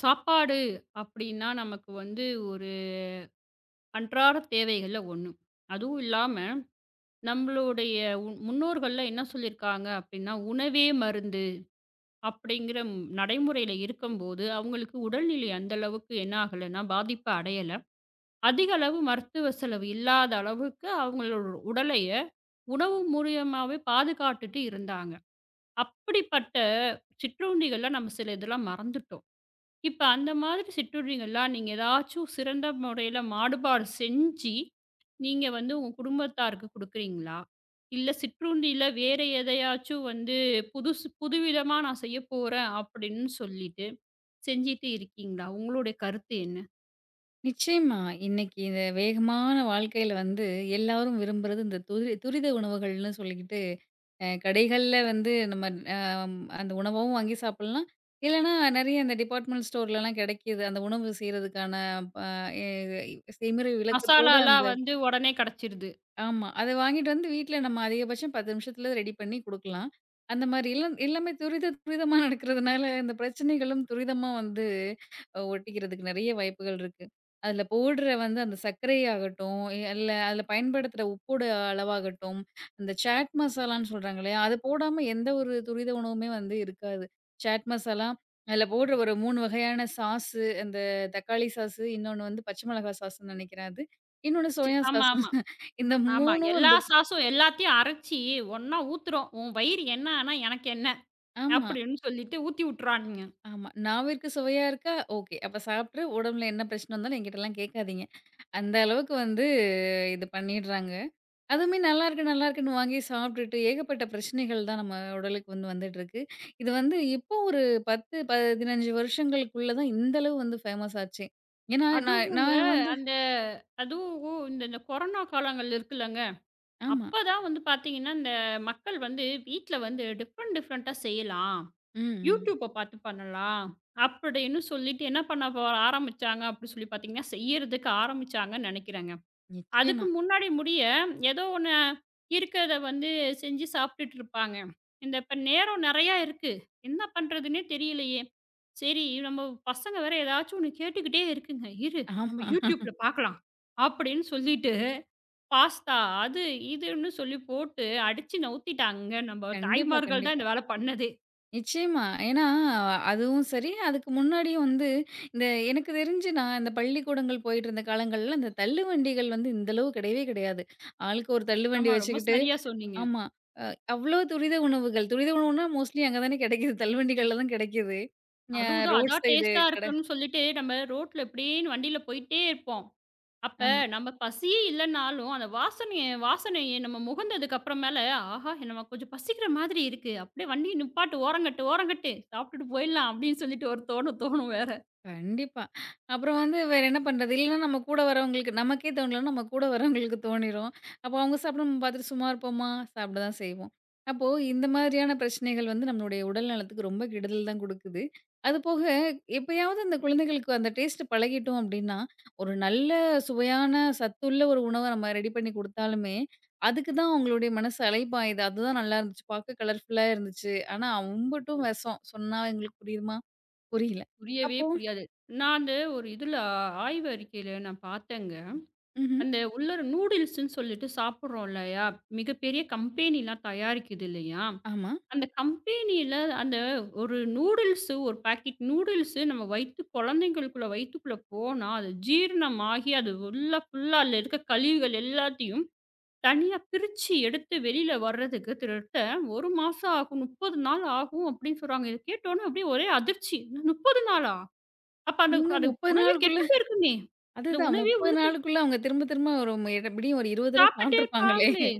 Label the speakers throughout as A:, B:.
A: சாப்பாடு அப்படின்னா நமக்கு வந்து ஒரு அன்றாட தேவைகள்ல ஒண்ணு. அதுவும் இல்லாம நம்மளுடைய முன்னோர்கள்லாம் என்ன சொல்லியிருக்காங்க அப்படின்னா உணவே மருந்து அப்படிங்கிற நடைமுறையில இருக்கும்போது அவங்களுக்கு உடல்நிலை அந்த அளவுக்கு என்ன ஆகலைன்னா பாதிப்பு அடையல, அதிக அளவு மருத்துவ செலவு இல்லாத அளவுக்கு அவங்களோட உடலைய உணவு மூலியமாவே பாதுகாத்துட்டு இருந்தாங்க. அப்படிப்பட்ட சிற்றுண்டிகள்லாம் நம்ம சில இதெல்லாம் மறந்துட்டோம். இப்ப அந்த மாதிரி சிற்றுண்டிகள்லாம் நீங்க ஏதாச்சும் சிறந்த முறையில மாடுபாடு செஞ்சு, நீங்க வந்து உங்க குடும்பத்தாருக்கு குடுக்குறீங்களா? இல்ல சிற்றுண்டியில வேற எதையாச்சும் வந்து புதுசு புதுவிதமா நான் செய்யப்போறேன் அப்படின்னு சொல்லிட்டு செஞ்சுட்டு இருக்கீங்களா? உங்களுடைய கருத்து என்ன?
B: நிச்சயமா. இன்னைக்கு இந்த வேகமான வாழ்க்கையில வந்து எல்லாரும் விரும்புறது இந்த துரித உணவுகள்னு சொல்லிக்கிட்டு, கடைகள்ல வந்து நம்ம அந்த உணவும் வாங்கி சாப்பிடலாம். இல்லன்னா நெறைய இந்த டிபார்ட்மெண்ட் ஸ்டோர்லலாம் கிடைக்கிது. அந்த உணவு செய்றதுக்கான ப எ செய்முறை விளக்கத்தோட அந்த
A: மசாலாலாம் வந்து உடனே கிடைச்சிருது.
B: ஆமா. அத வாங்கிட்டு வந்து வீட்ல நம்ம அதிகபட்சம் 10 நிமிஷத்துல ரெடி பண்ணி குடுக்கலாம். அந்த மாரி எல்லாம் எல்லாமே துரித துரிதமா நடக்கிறதுனால, இந்த பிரச்சனைகளும் துரிதமா வந்து ஒட்டிக்கிறதுக்கு நெறைய வாய்ப்புகள் இருக்கு. அதுல போடுற வந்து அந்த சர்க்கரை ஆகட்டும், இல்ல அதுல பயன்படுத்துற உப்போட அளவாகட்டும், அந்த சாட் மசாலான்னு சொல்றாங்க இல்லையா? அது போடாம எந்த ஒரு துரித உணவுமே வந்து இருக்காது. சாட் மசாலா, அதுல போடுற ஒரு 3 வகையான சாஸு, அந்த தக்காளி சாஸு, இன்னொன்னு வந்து பச்சை மிளகா சாஸ்ன்னு நெனைக்கிறேன் அது. இன்னொன்னு சோயா
A: ஆமா,
B: சாஸ்.
A: ஆமா,
B: இந்த
A: ஆமா.
B: 3ம்
A: எல்லா
B: வந்து
A: சாஸும் எல்லாத்தையும் அரைச்சு ஒண்ணா ஊத்துறோம். உன் வயிறு என்ன ஆனா எனக்கு என்ன?
B: ஆமா,
A: அப்படின்னு சொல்லிட்டு ஊத்தி விட்டுறானுங்க.
B: ஆமா. நாவிற்கு சுவையா இருக்கா? ஓகே. அப்ப சாப்ட்ரு, உடம்புல என்ன பிரச்சனை வந்தாலும் என்கிட்டலாம் கேட்காதீங்க. அந்த அளவுக்கு வந்து இது பண்ணிடுறாங்க. அதுவுமே நல்லாருக்கு, நல்லாருக்குன்னு வாங்கி சாப்ட்டுட்டு ஏகப்பட்ட பிரச்சனைகள் தான் நம்ம உடலுக்கு வந்து வந்துட்டுருக்கு. இது வந்து இப்போ ஒரு 10, 15 வருஷங்களுக்குள்ள தான் இந்த அளவு வந்து ஃபேமஸ் ஆச்சே. ஏன்னா நான்
A: அதுவுங்க
B: நான் வந்து
A: அந்த அதுவும் இந்த இந்த கொரோனா காலங்கள் இருக்குல்லங்க.
B: ஆமா.
A: அப்பதான் வந்து பார்த்தீங்கன்னா, இந்த மக்கள் வந்து வீட்ல வந்து டிஃப்ரெண்ட் டிஃப்ரெண்ட்டா செய்யலாம்.
B: ம், ம்.
A: YouTubeஅ பார்த்து பண்ணலாம். அப்படின்னு சொல்லிட்டு என்ன பண்ண போ ஆரம்பிச்சாங்க அப்படின்னு சொல்லி பார்த்தீங்கன்னா, செய்யறதுக்கு ஆரம்பிச்சாங்கன்னு நெனைக்கிறேங்க. அதுக்கு
B: நிச்சயமா.
A: முன்னாடி முடிய, ஏதோ ஒண்ணு இருக்கிறத வந்து செஞ்சு சாப்பிட்டுட்டு இருப்பாங்க. இந்த இப்ப நேரம் நெறையா இருக்கு. என்ன பண்றதுன்னே தெரியலையே! சரி நம்ம பசங்க வேற ஏதாச்சும் ஒண்ணு கேட்டுக்கிட்டே இருக்குங்க. இரு நம்ம
B: ஆமா.
A: YouTubeல பார்க்கலாம். அப்படின்னு சொல்லிட்டு பாஸ்தா அது இதுன்னு சொல்லி போட்டு அடிச்சு நவுத்திட்டாங்கங்க. நம்ம
B: கண்டிப்பா,
A: தாய்மார்கள் தான்
B: கண்டிப்பா.
A: இந்த வேல பண்ணதே.
B: நிச்சயமா. ஏன்னா, அதுவும் சரி, அதுக்கு முன்னாடியும் வந்து இந்த எனக்கு தெரிஞ்சு நான் இந்த பள்ளிக்கூடங்கள் போயிட்டுருந்த காலங்கள்ல, இந்த தள்ளுவண்டிகள் வந்து இந்த அளவு கிடையவே கிடையாது. ஆளுக்கு ஒரு தள்ளுவண்டி
A: ஆமா, ரொம்ப
B: வச்சுக்கிட்டு
A: சரியா சொன்னீங்க.
B: ஆமா. அவ்ளோ துரித உணவுகள். துரித உணவுனா மோஸ்ட்லி அங்க தானே கிடைக்குது. தள்ளுவண்டிகள்ல தான் கிடைக்குது. அ
A: அதுவும் தான்
B: ரோட்
A: அதான்
B: சைடு
A: டேஸ்ட்டா
B: கடை
A: இருக்குன்னு சொல்லிட்டு நம்ம ரோட்ல இப்படின்னு வண்டியில போயிட்டே இருப்போம். அப்ப
B: ஆமா.
A: நம்ம பசியே இல்லன்னாலும், அந்த வாசனைய வாசனைய நம்ம முகந்ததுக்கு அப்புறமேல, "ஆஹா! நம்ம கொஞ்சம் பசிக்கிற மாதிரி இருக்கு. அப்படியே வண்டிய நிப்பாட்டு, ஓரங்கட்டு, ஓரங்கட்டு. சாப்பிட்டுட்டு போயிடலாம்." அப்படின்னு சொல்லிட்டு ஒரு தோணும் வேற.
B: கண்டிப்பா. அப்புறம் வந்து வேற என்ன பண்றது? இல்லன்னா நம்ம கூட வரவங்களுக்கு நமக்கே தோணலன்னா, நம்ம கூட வரவங்களுக்கு தோணிரும். அப்போ அவங்க சாப்பிட நம்ம பார்த்துட்டு சும்மா இருப்போமா? சாப்பிட தான் செய்வோம். அப்போ இந்த மாதிரியான பிரச்சனைகள் வந்து நம்மளுடைய உடல் நலத்துக்கு ரொம்ப கெடுதல் தான் குடுக்குது. அதுபோக எப்பயாவது அந்த குழந்தைகளுக்கு அந்த டேஸ்ட் பழகிட்டோம் அப்டின்னா, ஒரு நல்ல சுவையான சத்துள்ள ஒரு உணவ நம்ம ரெடி பண்ணி குடுத்தாலுமே, அதுக்கு தான் அவங்களுடைய மனசு அலைப்பாயுது. அதுதான் நல்லா இருந்துச்சு. பார்க்க கலர்ஃபுல்லா இருந்துச்சு. ஆனா அம்புட்டும் வெஷம். சொன்னா எங்களுக்கு புரியுமா? புரியல.
A: புரியவே
B: அப்போ
A: புரியாது. நான் அந்த ஒரு இதுல ஆய்வு அறிக்கையில நான் பார்த்தேங்க.
B: ம்ஹ்ம்.
A: அந்த உள்ள நூடுல்ஸ்ன்னு சொல்லிட்டு சாப்பிடுறோம் இல்லையா? மிகப்பெரிய கம்பெனிலாம் தயாரிக்குது இல்லையா?
B: ஆமா.
A: அந்த கம்பெனியில அந்த ஒரு நூடுல்ஸு, ஒரு பாக்கெட் நூடுல்ஸு நம்ம வயித்து குழந்தைங்களுக்குள்ள வயித்துக்குள்ள போனா, அது ஜீரணமாகி அது உள்ள ஃபுல்லா அதுல இருக்க கழிவுகள் எல்லாத்தையும் தனியா பிரிச்சு எடுத்து வெளியில வர்றதுக்கு கிட்டத்தட்ட 1 மாசம் ஆகும். 30 நாள் ஆகும் அப்படின்னு சொல்றாங்க. இத கேட்டோனே அப்படியே ஒரே அதிர்ச்சி. 30 நாளா? அப்ப அந்த
B: இவங்க
A: அந்த
B: 30
A: உணவே
B: நாளுக்குள்ள
A: கெட்டு போயிருக்குமே! அந்த
B: அதுதான்
A: உணவே
B: 30 நாளுக்குள்ள அவங்க திரும்ப திரும்ப ஒரு எப்படியும் ஒரு 20 தடவ
A: சாப்பிட்டுட்டே
B: சாப்ட்டுருப்பாங்களே!
A: இருப்பாங்களே!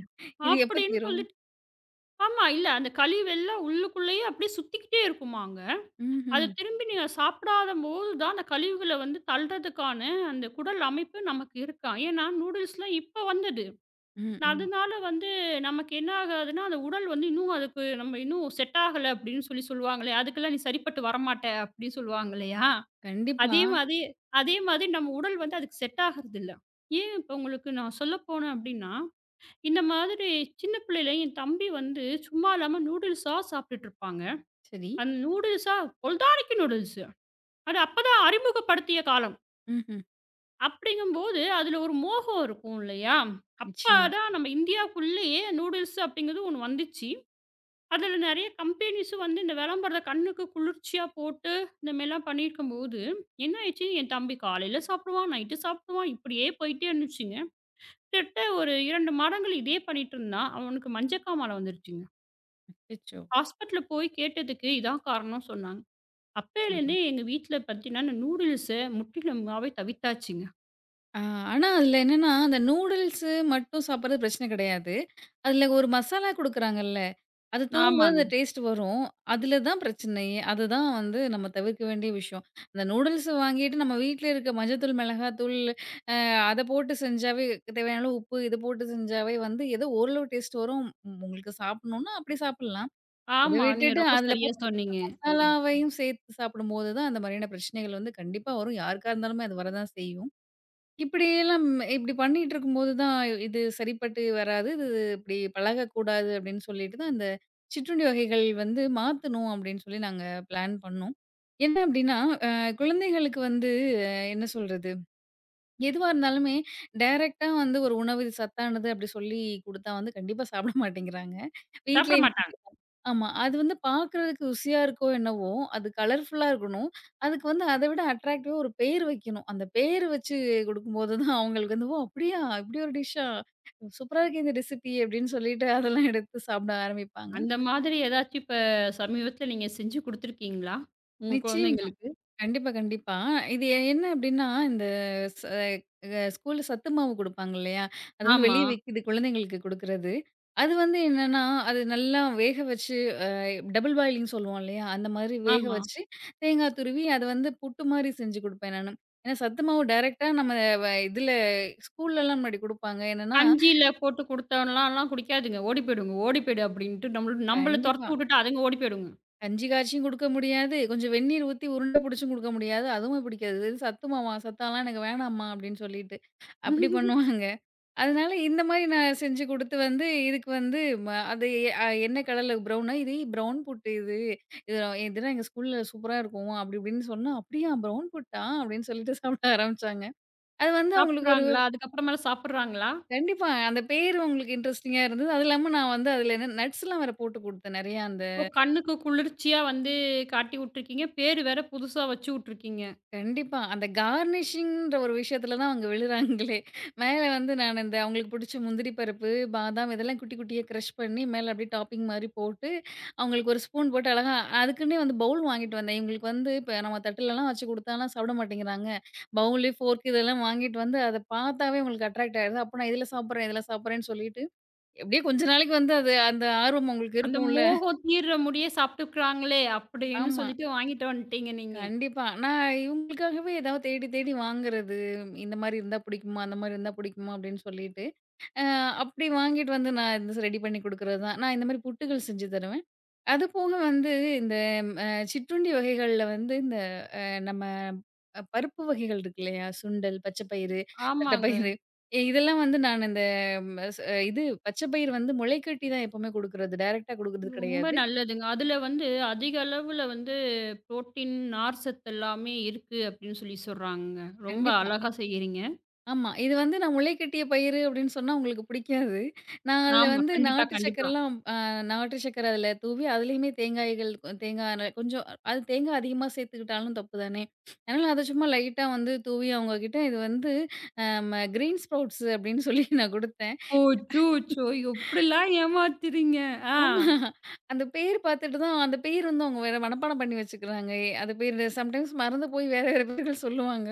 B: இது எப்ப
A: அப்படின்னு
B: தீரும்?
A: சொல்லிட்டு ஆமா. இல்ல அந்த கழிவெல்லாம் உள்ளுக்குள்ளேயே அப்படியே சுத்திக்கிட்டே இருக்குமாங்க. அத
B: ம்ஹ்ம்.
A: திரும்பி நீங்க சாப்பிடாதம்போது தான் அந்த கழிவுகள வந்து தள்றதுக்கான அந்த குடல் அமைப்பு நமக்கு இருக்காம். ஏன்னா, நூடுல்ஸ்லாம் இப்ப வந்தது.
B: ம், ம்.
A: அதனால வந்து நமக்கு என்ன ஆகாதுன்னா, அந்த உடல் வந்து இன்னும் அதுக்கு நம்ம இன்னும் செட் ஆகல அப்படின்னு சொல்லி சொல்லுவாங்களே, அதுக்கெல்லாம் நீ சரிப்பட்டு வரமாட்ட அப்படின்னு சொல்லுவாங்க இல்லையா?
B: கண்டிப்பா.
A: அதே மாதிரி அதே மாதிரி நம்ம உடல் வந்து அதுக்கு செட் ஆகுறதில்ல. ஏன் இப்ப உங்களுக்கு நான் சொல்ல போனேன் அப்படின்னா, இந்த மாதிரி சின்ன பிள்ளையில என் தம்பி வந்து சும்மா இல்லாம நூடுல்ஸா சாப்பிட்டுட்டு இருப்பாங்க.
B: சரி.
A: அந்த நூடுல்ஸா பொல்தானிக்கு நூடுல்ஸ். அது அப்பதான் அறிமுகப்படுத்திய காலம்.
B: ம்ஹ்ம்.
A: அப்படிங்கும்போது, அதுல ஒரு மோகம் இருக்கும் இல்லையா?
B: நிச்சயமா.
A: அப்பதான் நம்ம இந்தியாக்குள்ளேயே நூடுல்ஸ் அப்படிங்கிறது ஒண்ணு வந்துச்சு. அதுல நெறைய கம்பெனிஸும் வந்து இந்த விளம்பரத்த கண்ணுக்கு குளிர்ச்சியா போட்டு, இந்த மாரிலாம் பண்ணியிருக்கும்போது, என்ன ஆயிடுச்சு, என் தம்பி காலையில சாப்பிடுவான், நைட்டு சாப்பிடுவான். இப்படியே போயிட்டே இருந்துச்சுங்க. கிட்டத்தட்ட ஒரு 2 மாதங்கள் இதே பண்ணிட்டு இருந்தான். அவனுக்கு மஞ்சக்காமாலை வந்துருச்சுங்க.
B: அச்சச்சோ!
A: ஹாஸ்பிட்டல்ல போய் கேட்டதுக்கு இதான் காரணம் சொன்னாங்க.
B: அ.
A: அப்பயிலேருந்தே எங்க வீட்ல பார்த்தீங்கன்னா, இந்த நூடுல்ஸ முற்றிலுமாவே தவிர்த்தாச்சுங்க.
B: ஆ, ஆனா அதுல என்னன்னா, அந்த நூடுல்ஸ் மட்டும் சாப்பிடுறது பிரச்சனை கிடையாது. அதுல ஒரு மசாலா குடுக்குறாங்கல்ல, அது தூவும்போது
A: ஆமாங்க.
B: அந்த டேஸ்ட் வரும். அதுல தான் பிரச்சனையே. அதுதான் வந்து நம்ம தவிர்க்க வேண்டிய விஷயம். அந்த நூடுல்ஸ் வாங்கிட்டு நம்ம வீட்ல இருக்க மஞ்சள்தூள், மிளகாத்தூள் அ அத போட்டு செஞ்சாவே தேவையான அளவு உப்பு இது போட்டு செஞ்சாவே வந்து ஏதோ ஓரளவு டேஸ்ட் வரும். உம், உங்களுக்கு சாப்பிடணும்னா அப்படி சாப்பிடலாம். அத
A: ஆமா. நீங்க
B: விட்டுட்டு
A: ரொம்ப
B: அதுல
A: சரியா
B: போட்டு
A: சொன்னீங்க. ம்.
B: மசாலாவையும் சேர்த்து சாப்பிடும்போது தான் அந்த மாதிரியான பிரச்சனைகள் வந்து கண்டிப்பா வரும். யாருக்கா இருந்தாலுமே அது வரதான் செய்யும். இப்படியெல்லாம் இப்படி பண்ணிட்டு இருக்கும்போது தான், இது சரிப்பட்டு வராது. இது இப்படி பழகக்கூடாது அப்படின்னு சொல்லிட்டு தான், இந்த சிற்றுண்டி வகைகள் வந்து மாத்தணும் அப்படின்னு சொல்லி நாங்க பிளான் பண்ணோம். என்ன அப்படின்னா, அ குழந்தைகளுக்கு வந்து என்ன சொல்றது? எதுவா இருந்தாலுமே டைரக்ட்டா வந்து ஒரு உணவு இது சத்தானது அப்படி சொல்லி குடுத்தா வந்து கண்டிப்பா சாப்பிட மாட்டேங்கிறாங்க.
A: சாப்பிட
B: வீட்லயுமே
A: மாட்டாங்க.
B: ஆமா. அது வந்து பார்க்குறதுக்கு ருசியா இருக்கோ என்னவோ! அது கலர்ஃபுல்லா இருக்கணும். அதுக்கு வந்து அத விட அட்ராக்டிவா ஒரு பேர் வைக்கணும். அந்த பேர் வச்சு குடுக்கும்போது தான் அவுங்களுக்கு வந்து, "ஓ! அப்படியா? இப்படி ஒரு டிஷ்ஷா? சூப்பரா இருக்கே இந்த ரெசிபி" அப்படின்னு சொல்லிட்டு அதெல்லாம் எடுத்து சாப்பிட ஆரம்பிப்பாங்க.
A: அந்த மாதிரி ஏதாச்சும் இப்ப சமீபத்தில நீங்க செஞ்சு குடுத்துருக்கீங்களா? உங்க
B: நிச்சயமா.
A: குழந்தைங்களுக்கு?
B: கண்டிப்பா, கண்டிப்பா. இது என்ன அப்படின்னா, இந்த ச ஸ்கூல்ல சத்து மாவு குடுப்பாங்க இல்லையா? அது வந்து
A: ஆமா,
B: வெளிய விக்கிது குழந்தைங்களுக்கு குடுக்குறது. அது வந்து என்னன்னா, அது நல்லா வேக வச்சு டபுள் பாயிலிங் சொல்லுவோம் இல்லையா? அந்த மாதிரி வேக
A: ஆமா.
B: வச்சு, தேங்காய் துருவி அத வந்து புட்டு மாரி செஞ்சு குடுப்பேன் நானு. ஏன்னா சத்து மாவு டைரக்ட்டா நம்ம இதுல ஸ்கூல்லலாம் முன்னாடி குடுப்பாங்க. என்னன்னா
A: கஞ்சியில போட்டு குடுத்தோம்லாம்லாம் குடிக்காதுங்க. ஓடி போயிடுங்க, ஓடி போயிடு அப்படின்ட்டு நம்மள நம்மள
B: கண்டிப்பா.
A: தொரத்தி விட்டுட்டு அதுங்க ஓடி போயிடுங்க.
B: கஞ்சி காய்ச்சியும் குடுக்க முடியாது. கொஞ்சம் வெந்நீர் ஊத்தி உருண்ட புடிச்சும் குடுக்க முடியாது. அதுவும் பிடிக்காது. "இது சத்து மாவா? சத்தாலாம் எனக்கு வேணாம்மா" அப்படின்னு சொல்லிட்டு, அப்படி பண்ணுவாங்க. அதனால இந்த மாரி நான் செஞ்சு குடுத்து வந்து, இதுக்கு வந்து ம அது எ அ என்ன கடல ப்ரௌன்னா, "இது ப்ரவுன் புட் இது. இது இதெல்லாம் எங்க ஸ்கூல்ல சூப்பரா இருக்கும்." அப்படி இப்படின்னு சொன்னா, "அப்படியா ப்ரவுன் புட்டா?" அப்படின்னு சொல்லிட்டு சாப்பிட ஆரம்பிச்சாங்க. அது வந்து அவங்களுக்கு ஒரு
A: சாப்பிடுறாங்களா? அதுக்கப்புறமேல சாப்பிடுறாங்களா?
B: கண்டிப்பா. அந்த பேரு அவங்களுக்கு இன்ட்ரஸ்டிங்கா இருந்தது. அது இல்லாம நான் வந்து அதில என்ன நட்ஸ்லாம் வேற போட்டு குடுத்தேன். நெறையா
A: இப்போ கண்ணுக்கு குளிர்ச்சியா வந்து காட்டி விட்டுருக்கீங்க. பேரு வேற புதுசா வச்சு விட்டுருக்கீங்க.
B: கண்டிப்பா. அந்த கார்னிஷிங்ன்ற ஒரு விஷயத்துல தான் அவங்க விழுறாங்களே! மேல வந்து நான் இந்த அவங்களுக்கு பிடிச்ச முந்திரி பருப்பு, பாதாம் இதெல்லாம் குட்டி குட்டியா கிரஷ் பண்ணி மேல அப்படியே டாப்பிங் மாரி போட்டு, அவங்களுக்கு ஒரு ஸ்பூன் போட்டு அழகா அதுக்குன்னே வந்து பவுல் வாங்கிட்டு வந்தேன். இவங்களுக்கு வந்து இப்ப நம்ம தட்டுலலாம் வச்சு குடுத்தாலாம் சாப்பிட மாட்டேங்கிறாங்க. பவுலு, ஃபோர்க் இதெல்லாம் வாங்கிட்டு வந்து அத பார்த்தாவே உங்களுக்கு அட்ராக்ட் ஆயிடுது. அப்ப நான் இதுல சாப்பிடுறேன், இதுல சாப்பிடுறேன்னு சொல்லிட்டு, எப்படியோ கொஞ்ச நாளைக்கு வந்து அது அந்த ஆர்வம் அவங்களுக்கு
A: அந்த
B: இருக்கும்ல.
A: மோகம் தீர்ற முடிய சாப்பிட்டுக்கிறாங்களே அப்படின்னு
B: ஆமா.
A: சொல்லிட்டு வாங்கிட்டு வந்துட்டீங்க நீங்க.
B: கண்டிப்பா. நான் இவங்களுக்காகவே ஏதாவது தேடி தேடி வாங்குறது, இந்த மாரி இருந்தா பிடிக்குமா? அந்த மாரி இருந்தா பிடிக்குமா? அப்படின்னு சொல்லிட்டு, அ அப்படி வாங்கிட்டு வந்து நான் இந்த ரெடி பண்ணி குடுக்குறது தான். நான் இந்த மாரி புட்டுகள் செஞ்சு தருவேன். அது போக வந்து இந்த அ சிற்றுண்டி வகைகள்ல வந்து இந்த நம்ம பருப்பு வகைகள் இருக்கு இல்லையா? சுண்டல், பச்சை பயிறு,
A: ஆமாங்க.
B: தட்டப்பயிறு இதெல்லாம் வந்து நான் இந்த ம் ஸ் இது பச்சை பயிறு வந்து முளைக்கட்டி தான் எப்பவுமே குடுக்குறது. டைரக்ட்டா குடுக்குறது
A: ரொம்ப
B: கிடையாது.
A: நல்லதுங்க. அதுல வந்து அதிக அளவுல வந்து புரோட்டீன், நார்ச்சத்து எல்லாமே இருக்கு அப்படின்னு சொல்லி சொல்றாங்க. ரொம்ப
B: கண்டிப்பா.
A: அழகா செய்யறீங்க.
B: ஆமா. இது வந்து நான் முளை கட்டிய பயிறு அப்டின்னு சொன்னா உங்களுக்கு பிடிக்காது. நான் அதுல
A: ஆமா.
B: வந்து
A: கண்டிப்பா,
B: நாட்டு
A: கண்டிப்பா.
B: சர்க்கரைலாம் நாட்டு சர்க்கரை அதுல தூவி, அதுலயுமே தேங்காய் கொஞ்சம் அது தேங்காய் அதிகமா சேர்த்துக்கிட்டாலும் தப்பு தானே. அதனால அத சும்மா லைட்டா வந்து தூவி அவங்க கிட்ட இது வந்து அ ம கிரீன் ஸ்ப்ரவுட்ஸ் அப்டின்னு சொல்லி நான் குடுத்தேன்.
A: அச்சோச்சோ! எப்படிலாம் ஏமாத்துறீங்க? ஆ.
B: ஆமா. அந்த பேர் பார்த்துட்டு தான் அந்த பேர் வந்து அவங்க வேற மனப்பாடம் பண்ணி வச்சுக்கிறாங்க. அது பேர் சம்டைம்ஸ் மறந்து போய் வேற வேற பேர்கள் சொல்லுவாங்க.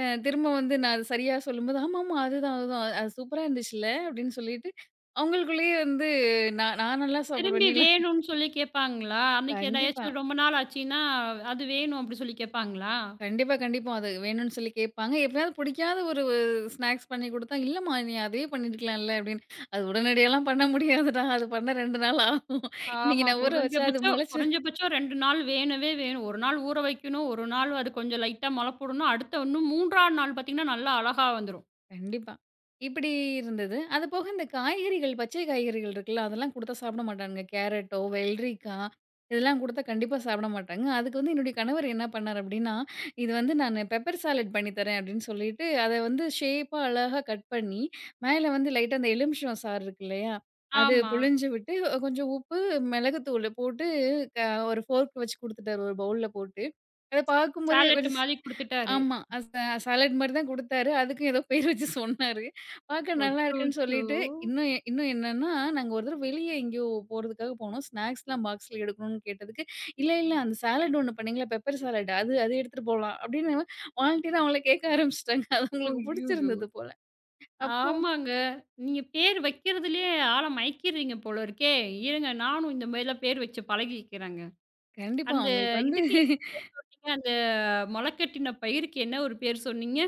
B: திரும்ப வந்து நான் அது சரியா சொல்லும்போது, "ஆமாமா. அதுதான், அதுதான். அது சூப்பரா இருந்துச்சுல்ல?" அப்படின்னு சொல்லிட்டு, அவங்களுக்குள்ளேயே வந்து நான் நான் நல்லா சாப்பிடுவேன்.
A: திரும்பி
B: நீலாம்
A: வேணும்னு சொல்லி கேட்பாங்களா? அன்னைக்கு
B: கண்டிப்பா.
A: ஏதாச்சும் ரொம்ப நாள் ஆச்சுன்னா, அது வேணும் அப்படி சொல்லி கேட்பாங்களா?
B: கண்டிப்பா, கண்டிப்பா. அது வேணும்னு சொல்லி கேட்பாங்க. எப்பயாவது பிடிக்காத ஒரு ஸ்நாக்ஸ் பண்ணி குடுத்தா, "இல்லம்மா நீ அதே பண்ணியிருக்கலாம்ல" அப்படின்னு. அது உடனடியாலாம் பண்ண முடியாதுடா. அது பண்ண 2 நாள் ஆகும். இன்னைக்கு
A: ஆமா.
B: நான் ஊற வச்சா அது
A: குறைஞ்சபட்சம்
B: முளைச்சு
A: குறைஞ்சபட்சம் 2 நாள் வேணவே வேணும். 1 நாள் ஊற வைக்கணும். 1 நாள் அது கொஞ்சம் லைட்டா மொள போடணும். அடுத்த இன்னும் 3வது நாள் பார்த்தீங்கன்னா, நல்லா அழகா வந்துரும்.
B: கண்டிப்பா. இப்படி இருந்தது. அதுபோக இந்த காய்கறிகள், பச்சை காய்கறிகள் இருக்குல்ல, அதெல்லாம் குடுத்தா சாப்பிட மாட்டானுங்க. கேரட்டோ, வெள்ளரிக்கா இதெல்லாம் குடுத்தா கண்டிப்பா சாப்பிட மாட்டாங்க. அதுக்கு வந்து என்னுடைய கணவர் என்ன பண்ணாரு அப்படின்னா, இது வந்து நானு பெப்பர் சாலட் பண்ணி தரேன் அப்படின்னு சொல்லிட்டு, அத வந்து ஷேப்பா அழகா கட் பண்ணி, மேல வந்து லைட்டா அந்த எலுமிச்சம் சாறு இருக்கு இல்லையா, அது
A: ஆமா.
B: புழிஞ்சு விட்டு கொஞ்சம் உப்பு, மிளகுத்தூளு போட்டு க ஒரு ஃபோர்க் வச்சு குடுத்துட்டாரு ஒரு பவுல்ல போட்டு. அத பார்க்கும்போதே ஒரு
A: சாலட் மாரி குடுத்துட்டாரு.
B: ஆமா. அ ச சாலட் மாரி தான் குடுத்தாரு. அதுக்கும் ஏதோ பேர் வச்சு சொன்னாரு. பார்க்க நல்லா இருக்குன்னு
A: அச்சச்சோ!
B: சொல்லிட்டு, இன்னும் இன்னும் என்னன்னா, நாங்க ஒரு தடவ வெளிய எங்கேயோ போறதுக்காக போனோம். ஸ்நாக்ஸ்லாம் பாக்ஸ்ல எடுக்கணும்னு கேட்டதுக்கு, "இல்ல, இல்ல அந்த சாலட் ஒண்ணு பண்ணீங்கல்ல, பெப்பர் சாலட் அது அது எடுத்துட்டு போலாம்." அப்படின்னு வாலண்டியரா அவங்கள கேட்க ஆரம்பிச்சுட்டாங்க. அது அவங்களுக்கு
A: ஐய்யயோ!
B: புடிச்சிருந்தது போல. அப்போ
A: ஆமாங்க. நீங்க பேர் வைக்கிறதுலயே ஆள மயக்கிறீங்க போல இருக்கே! இருங்க நானும் இந்த மாரிலாம் பேர் வச்சு பழகிக்கிறேங்க.
B: கண்டிப்பா
A: அந்த
B: அவங்களுக்கு வந்து
A: இதுக்கு என்னங்க அந்த மொளக்கட்டின பயிருக்கு என்ன ஒரு பேர் சொன்னீங்க?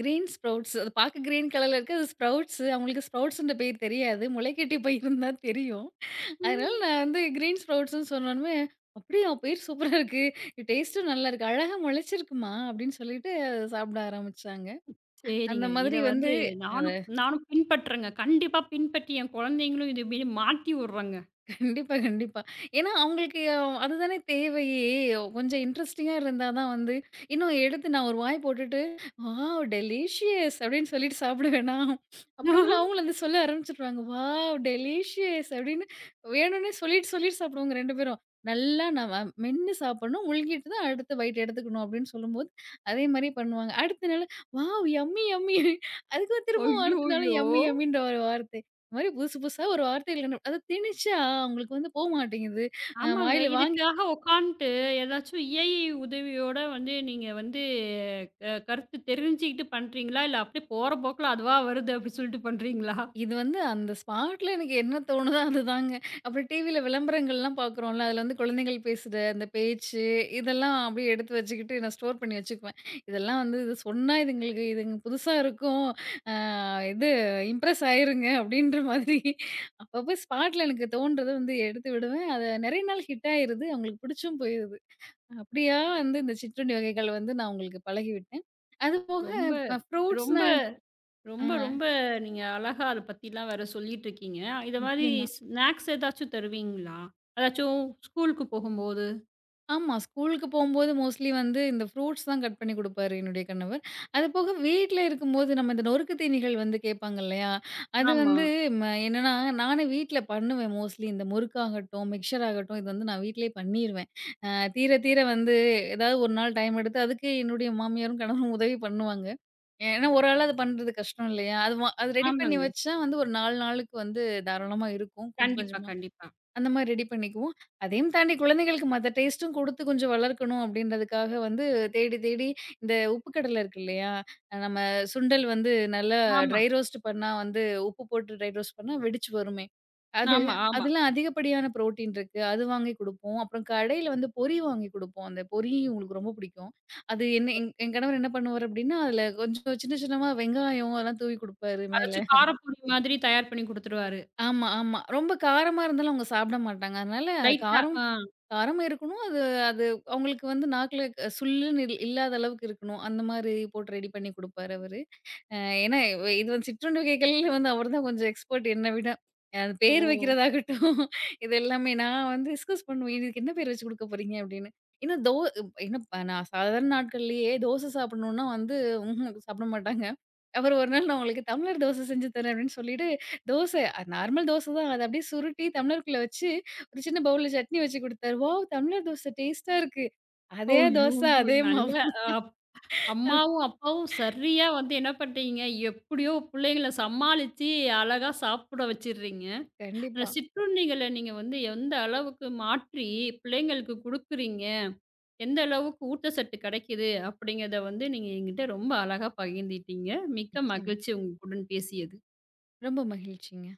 B: கிரீன் ஸ்ப்ரவுட்ஸ் அது பார்க்க கிரீன் கலர்ல இருக்கு. அது ஸ்ப்ரவுட்ஸ். அவங்களுக்கு ஸ்ப்ரவுட்ஸ்ன்ற பேர் தெரியாது. முளைக்கட்டிய பயிறுன்னு தான் தெரியும். அதனால
A: ம்.
B: நான் வந்து கிரீன் ஸ்ப்ரவுட்ஸ்ன்னு சொன்னோனமே, "அப்படியா! பேர் சூப்பரா இருக்கு. டேஸ்ட்டும் நல்லா இருக்கு. அழகா முளைச்சிருக்குமா" அப்படின்னு சொல்லிட்டு அத சாப்பிட ஆரம்பிச்சாங்க. அந்த
A: சரிங்க. இத
B: மாதிரி வந்து
A: வந்து
B: அத
A: நானும் நானும் பின்பற்றேங்க. கண்டிப்பா பின்பற்றி என் குழந்தைங்களும் இது மாத்தி விடுறேங்க.
B: கண்டிப்பா, கண்டிப்பா. ஏன்னா அவங்களுக்கு அதுதானே தேவையே! கொஞ்சம் இன்ட்ரஸ்டிங்கா இருந்தா தான் வந்து இன்னும் எடுத்து நான் ஒரு வாய் போட்டுட்டு, "வாவ் டெலிஷியஸ்" அப்படின்னு சொல்லிட்டு சாப்பிடுவேனா, அப்புறமேலு
A: ஐய்யயோ!
B: அவங்களும் அத சொல்ல ஆரம்பிச்சுருவாங்க. "வாவ் டெலிஷியஸ்" அப்படின்னு வேணும்னே சொல்லிட்டு, சொல்லிட்டு சாப்பிடுவோங்க 2 பேரும். நல்லா நம்ம மென்னு சாப்பிடணும். முழுங்கிட்டு தான் அடுத்த பைட் எடுத்துக்கணும் அப்படின்னு சொல்லும்போது, அதே மாரி பண்ணுவாங்க. அடுத்த நாள் "வாவ் யம்மி, யம்மி" அதுக்கு திரும்பவும் அடுத்த நாள் "யம்மி, யம்மின்ற" ஒரு வார்த்தை. இந்த மாரி புதுசு புதுசா ஒரு வார்த்தைகள் கண்டு அத திணிச்சா அவங்களுக்கு வந்து போ மாட்டேங்குது.
A: ஆமாங்க.
B: வாயில வாங்கி
A: இதுக்காக உட்காந்துட்டு ஏதாச்சும் ஏஐ உதவியோட வந்து நீங்க வந்து கருத்து தெரிஞ்சுக்கிட்டு பண்றீங்களா? இல்ல அப்படியே போற போக்குல அதுவா வருது அப்படி சொல்லிட்டு பண்றீங்களா?
B: இது வந்து அந்த ஸ்பாட்ல எனக்கு என்ன தோணுதோ அதுதாங்க. அப்புறம் டிவில விளம்பரங்கள்லாம் பார்க்குறோம்ல, அதுல வந்து குழந்தைகள் பேசுற அந்த பேச்சு, இதெல்லாம் அப்படியே எடுத்து வச்சுக்கிட்டு நான் ஸ்டோர் பண்ணி வச்சுக்குவேன். இதெல்லாம் வந்து இது சொன்னா இதுங்களுக்கு இதுங்க புதுசா இருக்கும். அ இது இம்ப்ரெஸ் ஆயிருங்க அப்படின்ற மாதிரி அப்பப்போ ஸ்பாட்ல எனக்கு தோன்றத வந்து எடுத்து விடுவேன். அது நெறைய நாள் ஹிட் ஆயிருது. அவங்களுக்கு பிடிச்சும் போயிருது. அப்படியா வந்து இந்த சிற்றுண்டி வகைகள் வந்து நான் உங்களுக்கு பழகிவிட்டேன். அதுபோக
A: ரொம்ப ரொம்ப
B: ஃப்ரூட்ஸ்னா ஆ
A: ரொம்ப ரொம்ப நீங்க அழகா அத பத்திலாம் வேற சொல்லிட்டு இருக்கீங்க. இத மாரி
B: நிச்சயமா.
A: ஸ்நாக்ஸ் ஏதாச்சும் தருவீங்களா? அதாச்சும் ஸ்கூலுக்கு போகும்போது.
B: ஆமா. ஸ்கூலுக்கு போம்போது மோஸ்ட்லி வந்து இந்த ஃப்ரூட்ஸ் தான் கட் பண்ணி குடுப்பாரு என்னுடைய கணவர். அது போக வீட்ல இருக்கும்போது நம்ம இந்த நொறுக்கு தீனிகள் வந்து கேட்பாங்க இல்லையா? அது
A: ஆமா.
B: வந்து என்னன்னா, நானே வீட்ல பண்ணுவேன் மோஸ்ட்லி இந்த முறுக்காகட்டும், மிக்சர் ஆகட்டும் இது வந்து நான் வீட்லயே பண்ணிருவேன். அ தீர தீர வந்து ஏதாவது ஒரு நாள் டைம் எடுத்து அதுக்கு என்னுடைய மாமியாரும், கணவரும் உதவி பண்ணுவாங்க. ஏன்னா ஒரு ஆளா அது பண்றது கஷ்டம் இல்லையா? அது அது ரெடி பண்ணி
A: ஆமாங்க.
B: வச்சா வந்து ஒரு 4 நாளுக்கு வந்து தாராளமா இருக்கும். கொஞ்சம்
A: கண்டிப்பா,
B: கொஞ்சமா
A: கண்டிப்பா.
B: அந்த மாரி ரெடி பண்ணிக்குவோம். அதையும் தாண்டி குழந்தைகளுக்கு மத்த டேஸ்ட்டும் குடுத்து கொஞ்சம் வளர்க்கணும் அப்படின்றதுக்காக வந்து தேடி தேடி இந்த உப்பு கடலை இருக்கு இல்லையா? நம்ம சுண்டல் வந்து நல்லா
A: ஆமா,
B: ட்ரை ரோஸ்ட் பண்ணா வந்து உப்பு போட்டு ட்ரை ரோஸ்ட் பண்ணா வெடிச்சு வருமே. அது
A: ஆமா, ஆமா.
B: அதெல்லாம் அதிகப்படியான புரோட்டீன் இருக்கு. அது வாங்கி குடுப்போம். அப்புறம் கடையில வந்து பொரி வாங்கி குடுப்போம். அந்த பொரி இவங்களுக்கு ரொம்ப பிடிக்கும். அது என்ன என் என் கணவர் என்ன பண்ணுவாரு அப்படின்னா, அதில கொஞ்சம் சின்ன சின்னமா வெங்காயம் அதெல்லாம் தூவி குடுப்பாரு மேல.
A: அதாச்சும் காரப்பொடி மாதிரி தயார் பண்ணி குடுத்துருவாரு.
B: ஆமா, ஆமா. ரொம்ப காரமா இருந்தாலும் அவங்க சாப்பிட மாட்டாங்க. அதனால
A: லைட்டா.
B: காரம்
A: ஆ.
B: காரமா இருக்கணும். அது அது அவங்களுக்கு வந்து நாக்குல சுள்ளுன்னு இல்லாத அளவுக்கு இருக்கணும். அந்த மாரி போட்டு ரெடி பண்ணி குடுப்பாரு அவரு. அ ஏன்னா இது வந்து சிற்றுண்டி வகைகள்ல வந்து அவர் தான் கொஞ்சம் எக்ஸ்பர்ட் என்ன விட. அது பேர்
A: ஓ!
B: வைக்கிறதாகட்டும், இது எல்லாமே நான் வந்து டிஸ்கஸ் பண்ணுவேன். இதுக்கு என்ன பேர் வச்சு குடுக்க போறீங்க அப்படின்னு. ஏன்னா தோ ஏன்னா நான் சாதாரண நாட்கள்லயே தோசை சாப்பிடணும்னா வந்து சாப்பிட மாட்டாங்க. அப்புறம் ஒரு நாள் நான் உங்களுக்கு டம்ளர் தோசை செஞ்சு தரேன் அப்படின்னு சொல்லிட்டு, தோசை நார்மல் தோசை தான். அத அப்படியே சுருட்டி டம்ளருக்குள்ள வச்சு ஒரு சின்ன பவுல்ல சட்னி வச்சு குடுத்தாரு. வாவ்! டம்ளர் தோசை டேஸ்ட்டா இருக்கு. அதே
A: ஐய்யய்யோ!
B: தோசை, அதே மாவு.
A: நல்ல அ அம்மாவும், அப்பாவும் சரியா வந்து என்ன பண்றீங்க, எப்படியோ பிள்ளைங்கள சமாளிச்சு அழகா சாப்பிட வச்சுடுறீங்க. அந்த
B: கண்டிப்பா.
A: சிற்றுண்டிகள நீங்க வந்து எந்த அளவுக்கு மாற்றி பிள்ளைங்களுக்கு குடுக்குறீங்க, எந்த அளவுக்கு ஊட்டச்சத்து கிடைக்குது அப்படிங்கிறத வந்து நீங்க என்கிட்ட ரொம்ப அழகா பகிர்ந்துட்டீங்க. மிக்க
B: நிச்சயமா.
A: மகிழ்ச்சி உங்களுடன் பேசியது.
B: ரொம்ப மகிழ்ச்சிங்க.